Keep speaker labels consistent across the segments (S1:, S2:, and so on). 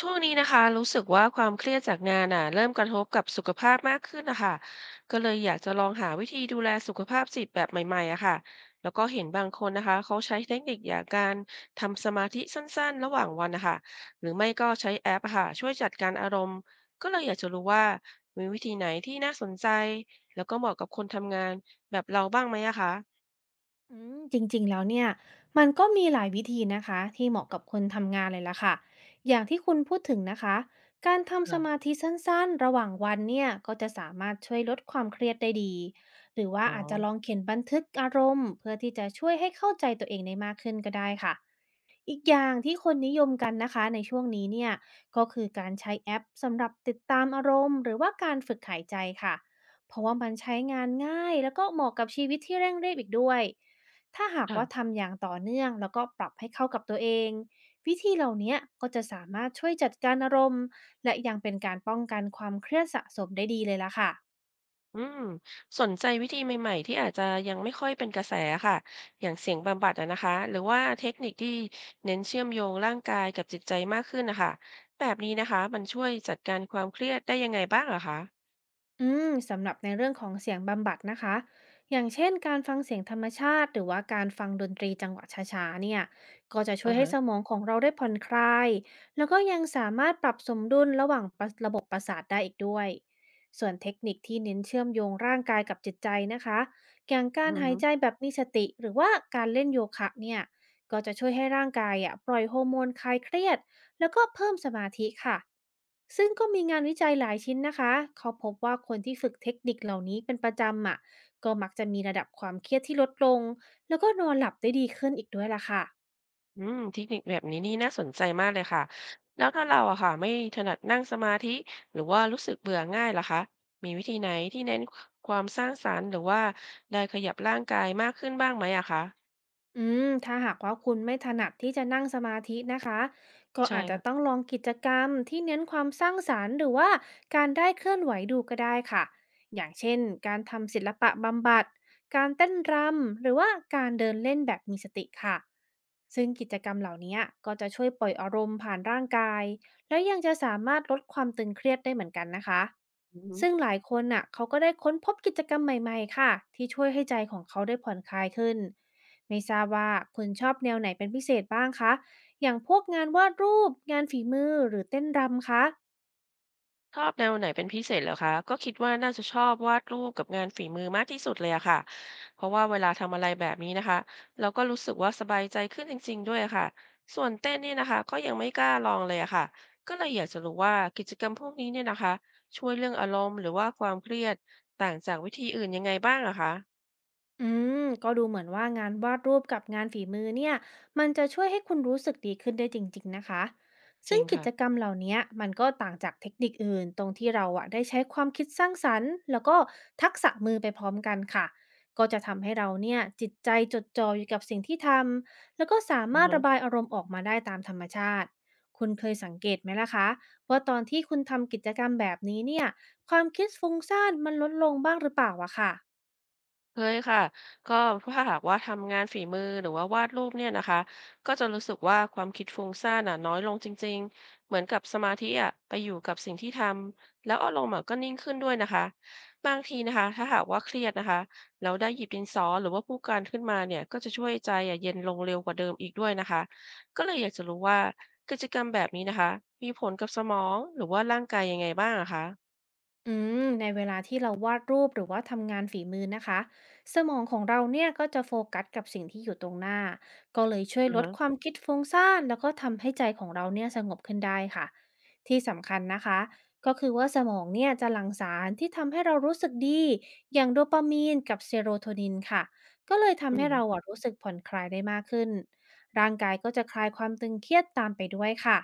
S1: ช่วงนี้นะคะรู้สึกว่าความเครียดจากงานน่ะเริ่มกระทบกับสุขภาพมากขึ้นนะคะก็เลยอยากจะลองหาวิธีดูแลสุขภาพจิตแบบใหม่ๆอะค่ะแล้วก็เห็นบางคนนะคะเขาใช้เทคนิคอย่างการทำสมาธิสั้นๆระหว่างวันนะคะหรือไม่ก็ใช้แอปอะค่ะช่วยจัดการอารมณ์ก็เลยอยากจะรู้ว่ามีวิธีไหนที่น่าสนใจแล้วก็เหมาะกับคนทำงานแบบเราบ้างไหมอะคะ
S2: จริงๆ แล้วเนี่ยมันก็มีหลายวิธีนะคะที่เหมาะกับคนทำงานเลยล่ะค่ะอย่างที่คุณพูดถึงนะคะการทำสมา
S1: ค่ะ
S2: ธิสั้นๆระหว่างวันเนี่ยก็จะสามารถช่วยลดความเครียดได้ดีหรือว่า
S1: อ๋อ
S2: อาจจะลองเขียนบันทึกอารมณ์เพื่อที่จะช่วยให้เข้าใจตัวเองได้มากขึ้นก็ได้ค่ะอีกอย่างที่คนนิยมกันนะคะในช่วงนี้เนี่ยก็คือการใช้แอปสำหรับติดตามอารมณ์หรือว่าการฝึกหายใจค่ะเพราะว่ามันใช้งานง่ายแล้วก็เหมาะกับชีวิตที่เร่งรีบอีกด้วย ถ้าหากว่าทำอย่างต่อเนื่องแล้วก็ปรับให้เข้ากับตัวเองวิธีเหล่าเนี้ยก็จะสามารถช่วยจัดการอารมณ์และยังเป็นการป้องกันความเครียดสะสมได้ดีเลยล่ะค่ะ
S1: อืมสนใจวิธีใหม่ๆที่อาจจะยังไม่ค่อยเป็นกระแสค่ะอย่างเสียงบำบัดอะนะคะหรือว่าเทคนิคที่เน้นเชื่อมโยงร่างกายกับจิตใจมากขึ้นนะคะแบบนี้นะคะมันช่วยจัดการความเครียดได้ยังไงบ้างเหรอคะ
S2: สำหรับในเรื่องของเสียงบำบัดนะคะ อย่างเช่นการฟังเสียงธรรมชาติหรือว่าการฟังดนตรีจังหวะช้าๆเนี่ยก็จะช่ว
S1: อ่า
S2: ยให้
S1: ฮะ
S2: สมองของเราได้ผ่อนคลายแล้วก็ยังสามารถปรับสมดุลระหว่างประระบบประสาทได้อีกด้วย ส่วนเทคนิคที่เน้นเชื่อมโยงร่างกายกับจิตใจนะคะอย่างกา
S1: อื
S2: รหาย
S1: ม
S2: ใจแบบมีสติหรือว่าการเล่นโยคะเนี่ยก็จะช่วยให้ร่างกายอะปล่อยฮอร์โมนคลายเครียด แล้วก็เพิ่มสมาธิค่ะ ซึ่งก็มีงานวิจัยหลายชิ้นนะคะ เขาพบว่าคนที่ฝึกเทคนิคเหล่านี้เป็นประจำอ่ะก็มักจะมีระดับความเครียดที่ลดลง แล้วก็นอนหลับได้ดีขึ้นอีกด้วยล่ะค่ะ
S1: เทคนิคแบบนี้นี่น่าสนใจมากเลยค่ะแล้วถ้าเราอะค่ะไม่ถนัดนั่งสมาธิหรือว่ารู้สึกเบื่อง่ายล่ะคะมีวิธีไหนที่เน้นความสร้างสรรค์หรือว่าได้ขยับร่างกายมากขึ้นบ้างไหมอะคะ
S2: ถ้าหากว่าคุณไม่ถนัดที่จะนั่งสมาธินะคะก็
S1: ใช่
S2: อาจจะต้อ
S1: ค่ะ
S2: งลองกิจกรรมที่เน้นความสร้างสรรค์หรือว่าการได้เคลื่อนไหวดูก็ได้ค่ะอย่างเช่นการทำศิลปะบำบัดการเต้นรำหรือว่าการเดินเล่นแบบมีสติค่ะซึ่งกิจกรรมเหล่านี้ก็จะช่วยปล่อยอารมณ์ผ่านร่างกายและยังจะสามารถลดความตึงเครียดได้เหมือนกันนะคะซึ่งหลายคนน่ะเขาก็ได้ค้นพบกิจกรรมใหม่ๆค่ะที่ช่วยให้ใจของเขาได้ผ่อนคลายขึ้น ไม่ทราบว่าคุณชอบแนวไหนเป็นพิเศษบ้างคะ อย่างพวกงานวาดรูป งานฝีมือ หรือเต้นรำคะ
S1: ชอบแนวไหนเป็นพิเศษเหรอคะก็คิดว่าน่าจะชอบวาดรูปกับงานฝีมือมากที่สุดเลยอะค่ะเพราะว่าเวลาทำอะไรแบบนี้นะคะเราก็รู้สึกว่าสบายใจขึ้นจริงๆด้วยอะค่ะส่วนเต้นเนี่ยนะคะก็ยังไม่กล้าลองเลยอะค่ะก็เลยอยากจะรู้ว่ากิจกรรมพวกนี้เนี่ยนะคะช่วยเรื่องอารมณ์หรือว่าความเครียดต่างจากวิธีอื่นยังไงบ้างอะคะ
S2: อืก็ดูเหมือนว่างานวาดรูปกับงานฝีมือเนี่ยมันจะช่วยให้คุณรู้สึกดีขึ้นได้จริงๆนะคะ
S1: จ
S2: ซึ่
S1: ริ
S2: ง
S1: ง
S2: กิ
S1: ค่ะ
S2: จกรรมเหล่านี้มันก็ต่างจากเทคนิคอื่นตรงที่เราอะได้ใช้ความคิดสร้างสรรค์แล้วก็ทักษะมือไปพร้อมกันค่ะก็จะทำให้เราเนี่ยจิตใจจดจ่ออยู่กับสิ่งที่ทำแล้วก็สามารถระบายอารมณ์ออกมาได้ตามธรรมชาติคุณเคยสังเกตไหมล่ะคะว่าตอนที่คุณทำกิจกรรมแบบนี้เนี่ยความคิดฟุ้งซ่านมันลดลงบ้างหรือเปล่าอะค่ะ
S1: เคยค่ะก็ถ้าหากว่าทำงานฝีมือหรือว่าวาดรูปเนี่ยนะคะก็จะรู้สึกว่าความคิดฟุ้งซ่านน่ะน้อยลงจริงๆเหมือนกับสมาธิอ่ะไปอยู่กับสิ่งที่ทำแล้วอารมณ์อะก็นิ่งขึ้นด้วยนะคะบางทีนะคะถ้าหากว่าเครียดนะคะแล้วได้หยิบดินสอหรือว่าผู้การขึ้นมาเนี่ยก็จะช่วยใจอ่ะเย็นลงเร็วกว่าเดิมอีกด้วยนะคะก็เลยอยากจะรู้ว่ากิจกรรมแบบนี้นะคะมีผลกับสมองหรือว่าร่างกายยังไงบ้างอะคะ
S2: อืในเวลาที่เราวาดรูปหรือว่าทำงานฝีมือนะคะสมองของเราเนี่ยก็จะโฟกัสกับสิ่งที่อยู่ตรงหน้าก็เลยช่วย
S1: อือ
S2: ลด
S1: ฮะ
S2: ความคิดฟุ้งซ่านแล้วก็ทำให้ใจของเราเนี่ยสงบขึ้นได้ค่ะที่สำคัญนะคะก็คือว่าสมองเนี่ยจะหลั่งสารที่ทำให้เรารู้สึกดีอย่างโดปามีนกับเซโรโทนินค่ะก็เลย
S1: อื
S2: ทำให้เรา
S1: ม
S2: อะรู้สึกผ่อนคลายได้มากขึ้นร่างกายก็จะคลายความตึงเครียดตามไปด้วยค่ะ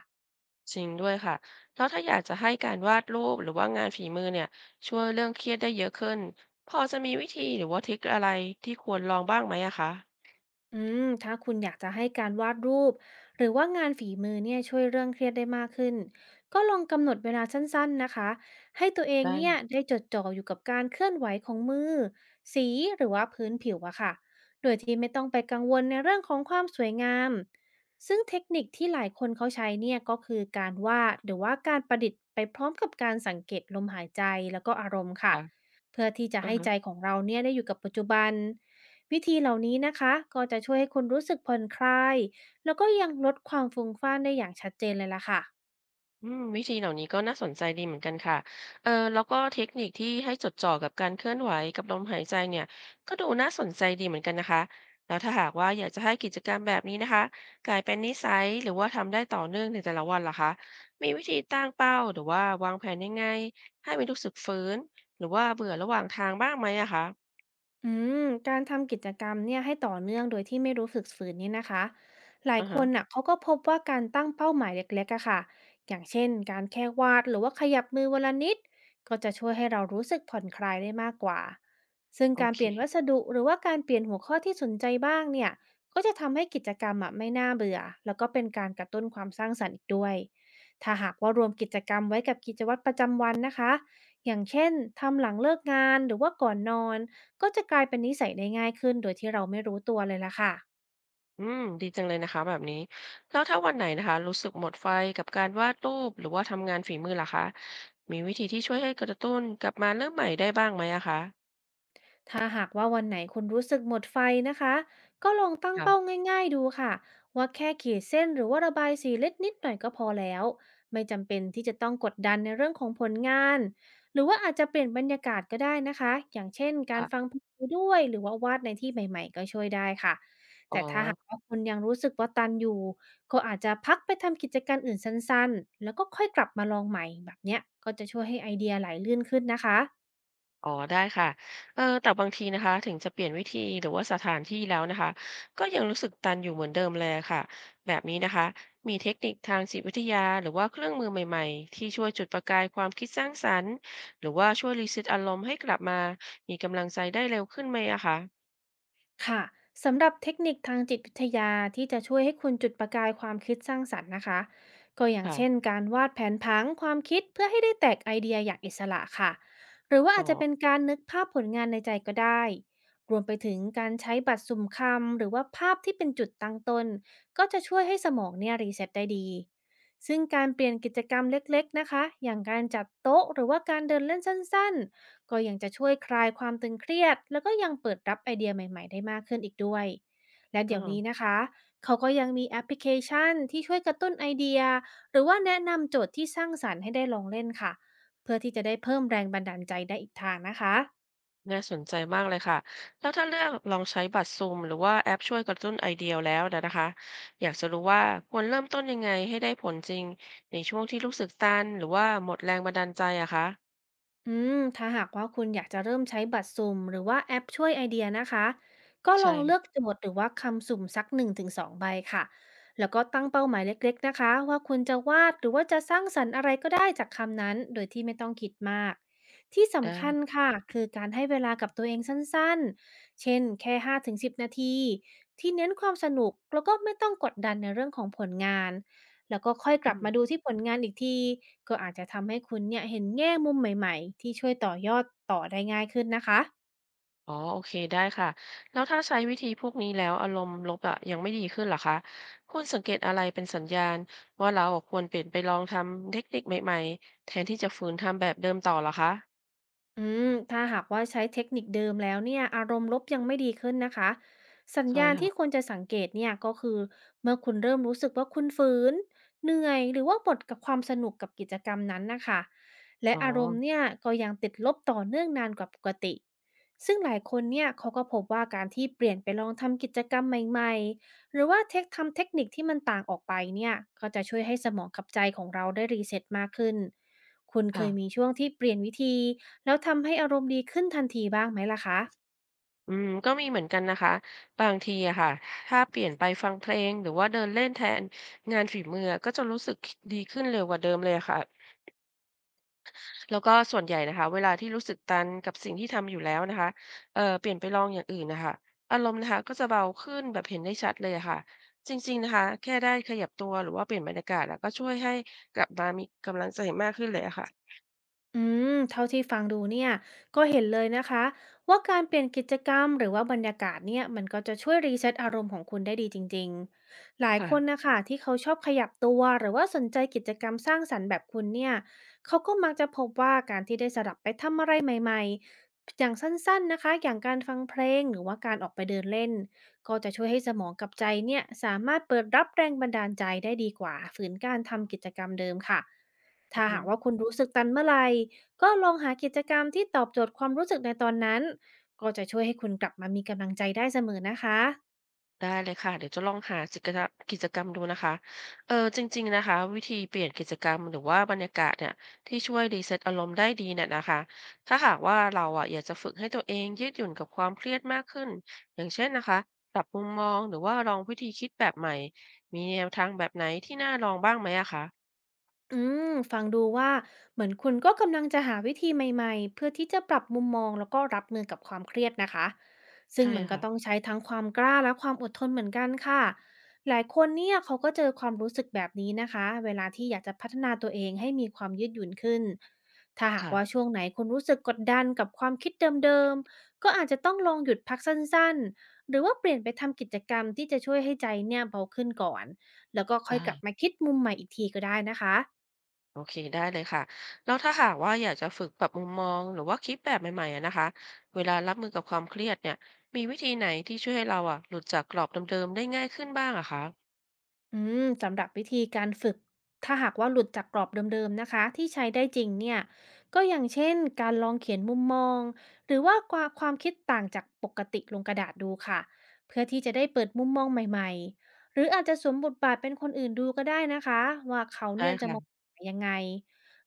S1: จริงด้วยค่ะแล้วถ้าอยากจะให้การวาดรูปหรือว่างานฝีมือเนี่ยช่วยเรื่องเครียดได้เยอะขึ้นพอจะมีวิธีหรือว่าทริคอะไรที่ควรลองบ้างไหมอะคะ
S2: ถ้าคุณอยากจะให้การวาดรูปหรือว่างานฝีมือเนี่ยช่วยเรื่องเครียดได้มากขึ้นก็ลองกำหนดเวลาสั้นๆนะคะให้ตัวเอง
S1: ได้
S2: เนี่ยได้จดจ่ออยู่กับการเคลื่อนไหวของมือสีหรือว่าพื้นผิวอะค่ะโดยที่ไม่ต้องไปกังวลในเรื่องของความสวยงามซึ่งเทคนิคที่หลายคนเขาใช้เนี่ยก็คือการวาดหรือว่าการประดิษฐ์ไปพร้อมกับการสังเกตลมหายใจแล้วก็อารมณ์ค่ะ
S1: ค่ะ
S2: เพื่อที่จะ
S1: อา
S2: ให้
S1: ฮะ
S2: ใจของเราเนี่ยได้อยู่กับปัจจุบันวิธีเหล่านี้นะคะก็จะช่วยให้คุณรู้สึกผ่อนคลายแล้วก็ยังลดความฟุ้งฟ่านได้อย่างชัดเจนเลยล่ะค่ะ
S1: วิธีเหล่านี้ก็น่าสนใจดีเหมือนกันค่ะเออแล้วก็เทคนิคที่ให้จดจ่อกับการเคลื่อนไหวกับลมหายใจเนี่ยก็ดูน่าสนใจดีเหมือนกันนะคะ แล้วถ้าหากว่าอยากจะให้กิจกรรมแบบนี้นะคะกลายเป็นนิสัยหรือว่าทำได้ต่อเนื่องในแต่ละวันล่ะคะมีวิธีตั้งเป้าหรือว่าวางแผนยังไงให้ไม่รู้สึกฝืนหรือว่าเบื่อระหว่างทางบ้างไหมอะคะ
S2: อืการทำกิจกรรมเนี่ยให้ต่อเนื่องโดยที่ไม่รู้สึกฝืนนี่นะคะหลาย
S1: อ่า
S2: ค
S1: ฮะ
S2: นน่ะเขาก็พบว่าการตั้งเป้าหมายเล็กๆอะค่ะอย่างเช่นการแค่วาดหรือว่าขยับมือวันละนิดก็จะช่วยให้เรารู้สึกผ่อนคลายได้มากกว่าซึ่ง
S1: โอ
S2: การ
S1: เค
S2: เปลี่ยนวัสดุหรือว่าการเปลี่ยนหัวข้อที่สนใจบ้างเนี่ยก็จะทำให้กิจกรรมอะไม่น่าเบื่อแล้วก็เป็นการกระตุ้นความสร้างสรรค์อีกด้วยถ้าหากว่ารวมกิจกรรมไว้กับกิจวัตรประจำวันนะคะอย่างเช่นทำหลังเลิกงานหรือว่าก่อนนอน ก็จะกลายเป็นนิสัยได้ง่ายขึ้นโดยที่เราไม่รู้ตัวเลยล่ะค่ะ
S1: ดีจังเลยนะคะแบบนี้แล้วถ้าวันไหนนะคะรู้สึกหมดไฟกับการวาดรูปหรือว่าทำงานฝีมือล่ะคะมีวิธีที่ช่วยให้กระตุ้นกลับมาเริ่มใหม่ได้บ้างไหมอะคะ
S2: ถ้าหากว่าวันไหนคุณรู้สึกหมดไฟนะคะก็ลองตั้งเป้า
S1: ค่ะ
S2: ง่ายๆดูค่ะว่าแค่ขีดเส้นหรือว่าระบายสีเล็กนิดหน่อยก็พอแล้วไม่จำเป็นที่จะต้องกดดันในเรื่องของผลงานหรือว่าอาจจะเปลี่ยนบรรยากาศก็ได้นะคะอย่างเช่นการฟั
S1: ค่ะ
S2: งเพลงไปด้วยหรือว่าวาดในที่ใหม่ๆก็ช่วยได้ค่ะ
S1: อ๋อ
S2: แต่ถ้าหากว่าคุณยังรู้สึกว่าตันอยู่ก็อาจจะพักไปทำกิจการอื่นสั้นๆแล้วก็ค่อยกลับมาลองใหม่แบบเนี้ยก็จะช่วยให้ไอเดียไหลลื่นขึ้นนะคะ
S1: อ๋อได้ค่ะเออแต่บางทีนะคะถึงจะเปลี่ยนวิธีหรือว่าสถานที่แล้วนะคะก็ยังรู้สึกตันอยู่เหมือนเดิมเลยค่ะแบบนี้นะคะมีเทคนิคทางจิตวิทยาหรือว่าเครื่องมือใหม่ๆที่ช่วยจุดประกายความคิดสร้างสรรค์หรือว่าช่วยรีเซ็ตอารมณ์ให้กลับมามีกำลังใจได้เร็วขึ้นไหมอะคะ
S2: ค่ะสำหรับเทคนิคทางจิตวิทยาที่จะช่วยให้คุณจุดประกายความคิดสร้างสรรค์นะคะก็อย่างเช่น
S1: ค่ะ
S2: การวาดแผนผังความคิดเพื่อให้ได้แตกไอเดียอย่างอิสระค่ะหรือว่า
S1: อ๋อ
S2: อาจจะเป็นการนึกภาพผลงานในใจก็ได้รวมไปถึงการใช้บัตรสุ่มคำหรือว่าภาพที่เป็นจุดตั้งต้นก็จะช่วยให้สมองเนี่ยรีเซ็ตได้ดีซึ่งการเปลี่ยนกิจกรรมเล็กๆนะคะอย่างการจัดโต๊ะหรือว่าการเดินเล่นสั้นๆ ก็ยังจะช่วยคลายความตึงเครียดแล้วก็ยังเปิดรับไอเดียใหม่ๆได้มากขึ้นอีกด้วยและ
S1: อื
S2: เดี๋ยว
S1: ม
S2: นี้นะคะเขาก็ยังมีแอปพลิเคชันที่ช่วยกระตุ้นไอเดียหรือว่าแนะนำโจทย์ที่สร้างสรรค์ให้ได้ลองเล่นค่ะเพื่อที่จะได้เพิ่มแรงบันดาลใจได้อีกทางนะคะ
S1: น่าสนใจมากเลยค่ะแล้วถ้าเลือกลองใช้บัตรซูมหรือว่าแอปช่วยกระตุ้นไอเดียแล้วนะคะอยากจะรู้ว่าควรเริ่มต้นยังไงให้ได้ผลจริงในช่วงที่รู้สึกตันหรือว่าหมดแรงบันดาลใจอะคะ
S2: ถ้าหากว่าคุณอยากจะเริ่มใช้บัตรสุ่มหรือว่าแอปช่วยไอเดียนะคะก็ลองเลือ
S1: ใช่
S2: กโจทย์หรือว่าคำสุ่มสัก1-2ใบค่ะแล้วก็ตั้งเป้าหมายเล็กๆนะคะว่าคุณจะวาดหรือว่าจะสร้างสรรค์อะไรก็ได้จากคำนั้นโดยที่ไม่ต้องคิดมากที่
S1: ได
S2: สำคัญ
S1: ้
S2: ค่ะคือการให้เวลากับตัวเองสั้นๆเช่นแค่5-10นาทีที่เน้นความสนุกแล้วก็ไม่ต้องกดดันในเรื่องของผลงาน แล้วก็ค่อยก
S1: อื
S2: ลับมาดู
S1: ม
S2: ที่ผลงานอีกทีก็อาจจะทำให้คุณเนี่ยเห็นแง่มุมใหม่ๆที่ช่วยต่อยอดต่อได้ง่ายขึ้นนะคะ
S1: อ๋อโอเคได้ค่ะแล้วถ้าใช้วิธีพวกนี้แล้วอารมณ์ลบอะยังไม่ดีขึ้นเหรอคะคุณสังเกตอะไรเป็นสัญญาณว่าเราอะควรเปลี่ยนไปลองทำเทคนิคใหม่ๆแทนที่จะฝืนทำแบบเดิมต่อเหรอคะ
S2: ถ้าหากว่าใช้เทคนิคเดิมแล้วเนี่ยอารมณ์ลบยังไม่ดีขึ้นนะคะสัญ
S1: ใช่
S2: ญาณที่ค
S1: ค่ะ
S2: วรจะสังเกตเนี่ยก็คือเมื่อคุณเริ่มรู้สึกว่าคุณฝืนเหนื่อยหรือว่าหมดกับความสนุกกับกิจกรรมนั้นนะคะและ
S1: อ๋อ
S2: อารมณ์เนี่ยก็ยังติดลบต่อเนื่องนานกว่าปกติซึ่งหลายคนเนี่ยเขาก็พบว่าการที่เปลี่ยนไปลองทำกิจกรรมใหม่ๆหรือว่าเทคนิคที่มันต่างออกไปเนี่ยก็จะช่วยให้สมองกับใจของเราได้รีเซ็ตมากขึ้น คุณเค
S1: ค่ะ
S2: ยมีช่วงที่เปลี่ยนวิธีแล้วทำให้อารมณ์ดีขึ้นทันทีบ้างไหมล่ะคะ
S1: อืมก็มีเหมือนกันนะคะบางทีอะค่ะถ้าเปลี่ยนไปฟังเพลงหรือว่าเดินเล่นแทนงานฝีมือก็จะรู้สึกดีขึ้นเร็วกว่าเดิมเลยอะค่ะแล้วก็ส่วนใหญ่นะคะเวลาที่รู้สึกตันกับสิ่งที่ทำอยู่แล้วนะคะเปลี่ยนไปลองอย่างอื่นนะคะอารมณ์นะคะก็จะเบาขึ้นแบบเห็นได้ชัดเลยอะค่ะจริงๆนะคะแค่ได้ขยับตัวหรือว่าเปลี่ยนบรรยากาศแล้วก็ช่วยให้กลับมามีกำลังใจมากขึ้นเลยอะค่ะ
S2: อืเท่าที่ฟังดูเนี่ยก็เห็นเลยนะคะว่าการเปลี่ยนกิจกรรมหรือว่าบรรยากาศเนี่ยมันก็จะช่วยรีเซ็ตอารมณ์ของคุณได้ดีจริงๆหลาย
S1: ค่ะ
S2: คนนะคะที่เขาชอบขยับตัวหรือว่าสนใจกิจกรรมสร้างสรรค์แบบคุณเนี่ยเขาก็มักจะพบว่าการที่ได้สลับไปทำอะไรใหม่ๆอย่างสั้นๆนะคะอย่างการฟังเพลงหรือว่าการออกไปเดินเล่นก็จะช่วยให้สมองกับใจเนี่ยสามารถเปิดรับแรงบันดาลใจได้ดีกว่าฝืนการทำกิจกรรมเดิมค่ะ
S1: อือ
S2: ถ้า
S1: ฮึ
S2: หากว่าคุณรู้สึกตันเมื่อไหร่ก็ลองหากิจกรรมที่ตอบโจทย์ความรู้สึกในตอนนั้นก็จะช่วยให้คุณกลับมามีกำลังใจได้เสมอนะคะ
S1: ได้เลยค่ะเดี๋ยวจะลองหาสิจกระกิจกรรมดูนะคะเออจริงๆนะคะวิธีเปลี่ยนกิจกรรมหรือว่าบรรยากาศเนี่ยที่ช่วยรีเซตอารมณ์ได้ดีเนี่ยนะคะถ้าหากว่าเราอะอยากจะฝึกให้ตัวเองยืดหยุ่นกับความเครียดมากขึ้นอย่างเช่นนะคะปรับมุมมองหรือว่าลองวิธีคิดแบบใหม่มีแนวทางแบบไหนที่น่าลองบ้างไหมอะคะ
S2: อืฟังดูว่าเหมือนคุณก็กำลังจะหาวิธีใหม่ๆเพื่อที่จะปรับมุมมองแล้วก็รับมือกับความเครียดนะคะซึ่ง
S1: ใช่
S2: มันก็
S1: ค่ะ
S2: ต้องใช้ทั้งความกล้าและความอดทนเหมือนกันค่ะหลายคนเนี่ยเขาก็เจอความรู้สึกแบบนี้นะคะเวลาที่อยากจะพัฒนาตัวเองให้มีความยืดหยุ่นขึ้นถ้าหาก
S1: ค่ะ
S2: ว่าช่วงไหนคุณรู้สึกกดดันกับความคิดเดิมๆก็อาจจะต้องลองหยุดพักสั้นๆหรือว่าเปลี่ยนไปทำกิจกรรมที่จะช่วยให้ใจเนี่ยเบาขึ้นก่อนแล้วก็ค่อย
S1: ได้
S2: กลับมาคิดมุมใหม่อีกทีก็ได้นะคะ
S1: โอเคได้เลยค่ะแล้วถ้าหากว่าอยากจะฝึกปรับมุมมองหรือว่าคิดแบบใหม่ๆอะนะคะเวลารับมือกับความเครียดเนี่ยมีวิธีไหนที่ช่วยให้เราอะหลุดจากกรอบเดิมๆได้ง่ายขึ้นบ้างอะคะ
S2: สำหรับวิธีการฝึกถ้าหากว่าหลุดจากกรอบเดิมๆนะคะที่ใช้ได้จริงเนี่ยก็อย่างเช่นการลองเขียนมุมมองหรือว่าความคิดต่างจากปกติลงกระดาษดูค่ะเพื่อที่จะได้เปิดมุมมองใหม่ๆหรืออาจจะสวมบทบาทเป็นคนอื่นดูก็ได้นะคะว่าเขา
S1: ได้
S2: เนี่ยจะมอง
S1: ค่ะ
S2: ยังไง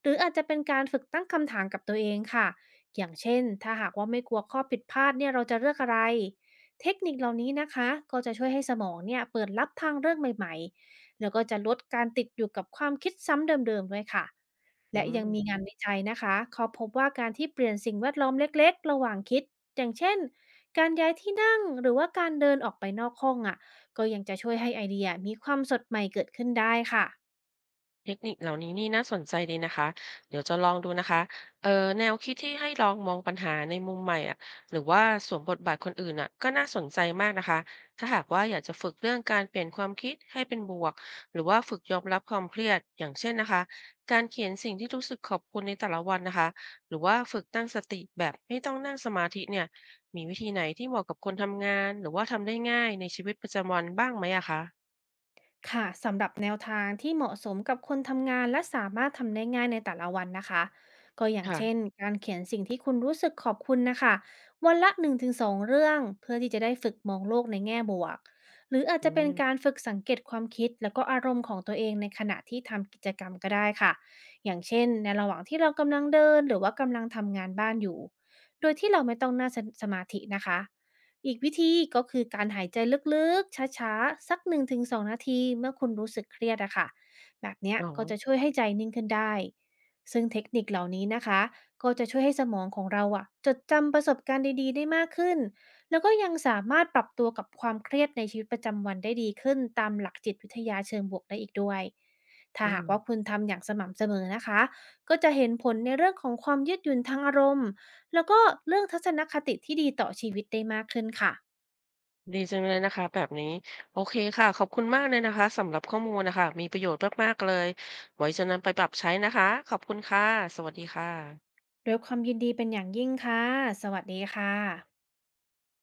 S2: หรืออาจจะเป็นการฝึกตั้งคำถามกับตัวเองค่ะอย่างเช่นถ้าหากว่าไม่กลัวข้อผิดพลาดเนี่ยเราจะเลือกอะไรเทคนิคเหล่านี้นะคะก็จะช่วยให้สมองเนี่ยเปิดรับทางเลือกใหม่ๆ แล้วก็จะลดการติดอยู่กับความคิดซ้ำเดิมๆด้วยค่ะ
S1: อื
S2: และยั
S1: ม
S2: งมีงานวิจัยนะคะเขาพบว่าการที่เปลี่ยนสิ่งแวดล้อมเล็กๆระหว่างคิด อย่างเช่นการย้ายที่นั่งหรือว่าการเดินออกไปนอกห้องอะก็ยังจะช่วยให้ไอเดียมีความสดใหม่เกิดขึ้นได้ค่ะ
S1: เทคนิคเหล่านี้นี่น่าสนใจดีนะคะเดี๋ยวจะลองดูนะคะเออแนวคิดที่ให้ลองมองปัญหาในมุมใหม่อ่ะหรือว่าสวมบทบาทคนอื่นอ่ะก็น่าสนใจมากนะคะถ้าหากว่าอยากจะฝึกเรื่องการเปลี่ยนความคิดให้เป็นบวกหรือว่าฝึกยอมรับความเครียดอย่างเช่นนะคะการเขียนสิ่งที่รู้สึกขอบคุณในแต่ละวันนะคะหรือว่าฝึกตั้งสติแบบไม่ต้องนั่งสมาธิเนี่ยมีวิธีไหนที่เหมาะกับคนทำงานหรือว่าทำได้ง่ายในชีวิตประจำวันบ้างไหมอะคะ
S2: ค่ะสำหรับแนวทางที่เหมาะสมกับคนทำงานและสามารถทำได้ง่ายในแต่ละวันนะคะก็อย่างเช่น
S1: ค่ะ
S2: การเขียนสิ่งที่คุณรู้สึกขอบคุณนะคะวันละ1-2เรื่องเพื่อที่จะได้ฝึกมองโลกในแง่บวกหรืออาจ
S1: อื
S2: จะเป็นกา
S1: ม
S2: รฝึกสังเกตความคิดแล้วก็อารมณ์ของตัวเองในขณะที่ทำกิจกรรมก็ได้ค่ะอย่างเช่นในระหว่างที่เรากำลังเดินหรือว่ากำลังทำงานบ้านอยู่โดยที่เราไม่ต้องนั่งสมาธินะคะ อีกวิธีก็คือการหายใจลึกๆช้าๆ สัก1-2นงถึงสองนาทีเมื่อคุณรู้สึกเครียดอะค่ะแบบเนี้ย
S1: อ๋อ
S2: ก็จะช่วยให้ใจนิ่งขึ้นได้ซึ่งเทคนิคเหล่านี้นะคะก็จะช่วยให้สมองของเราอะจดจำประสบการณ์ดีๆได้มากขึ้นแล้วก็ยังสามารถปรับตัวกับความเครียดในชีวิตประจำวันได้ดีขึ้นตามหลักจิตวิทยาเชิงบวกได้อีกด้วยถ้า
S1: อื
S2: หา
S1: ม
S2: กว่าคุณทำอย่างสม่ำเสมอนะคะก็จะเห็นผลในเรื่องของความยืดหยุ่นทางอารมณ์ แล้วก็เรื่องทัศนคติที่ดีต่อชีวิตได้มากขึ้นค่ะ
S1: ดีจังเลยนะคะแบบนี้โอเคค่ะขอบคุณมากเลยนะคะสำหรับข้อมูลนะคะมีประโยชน์มากๆเลยไว้จะนำไปปรับใช้นะคะขอบคุณค่ะสวัสดีค่ะ
S2: ด้วยความยินดีเป็นอย่างยิ่งค่ะสวัสดีค่ะ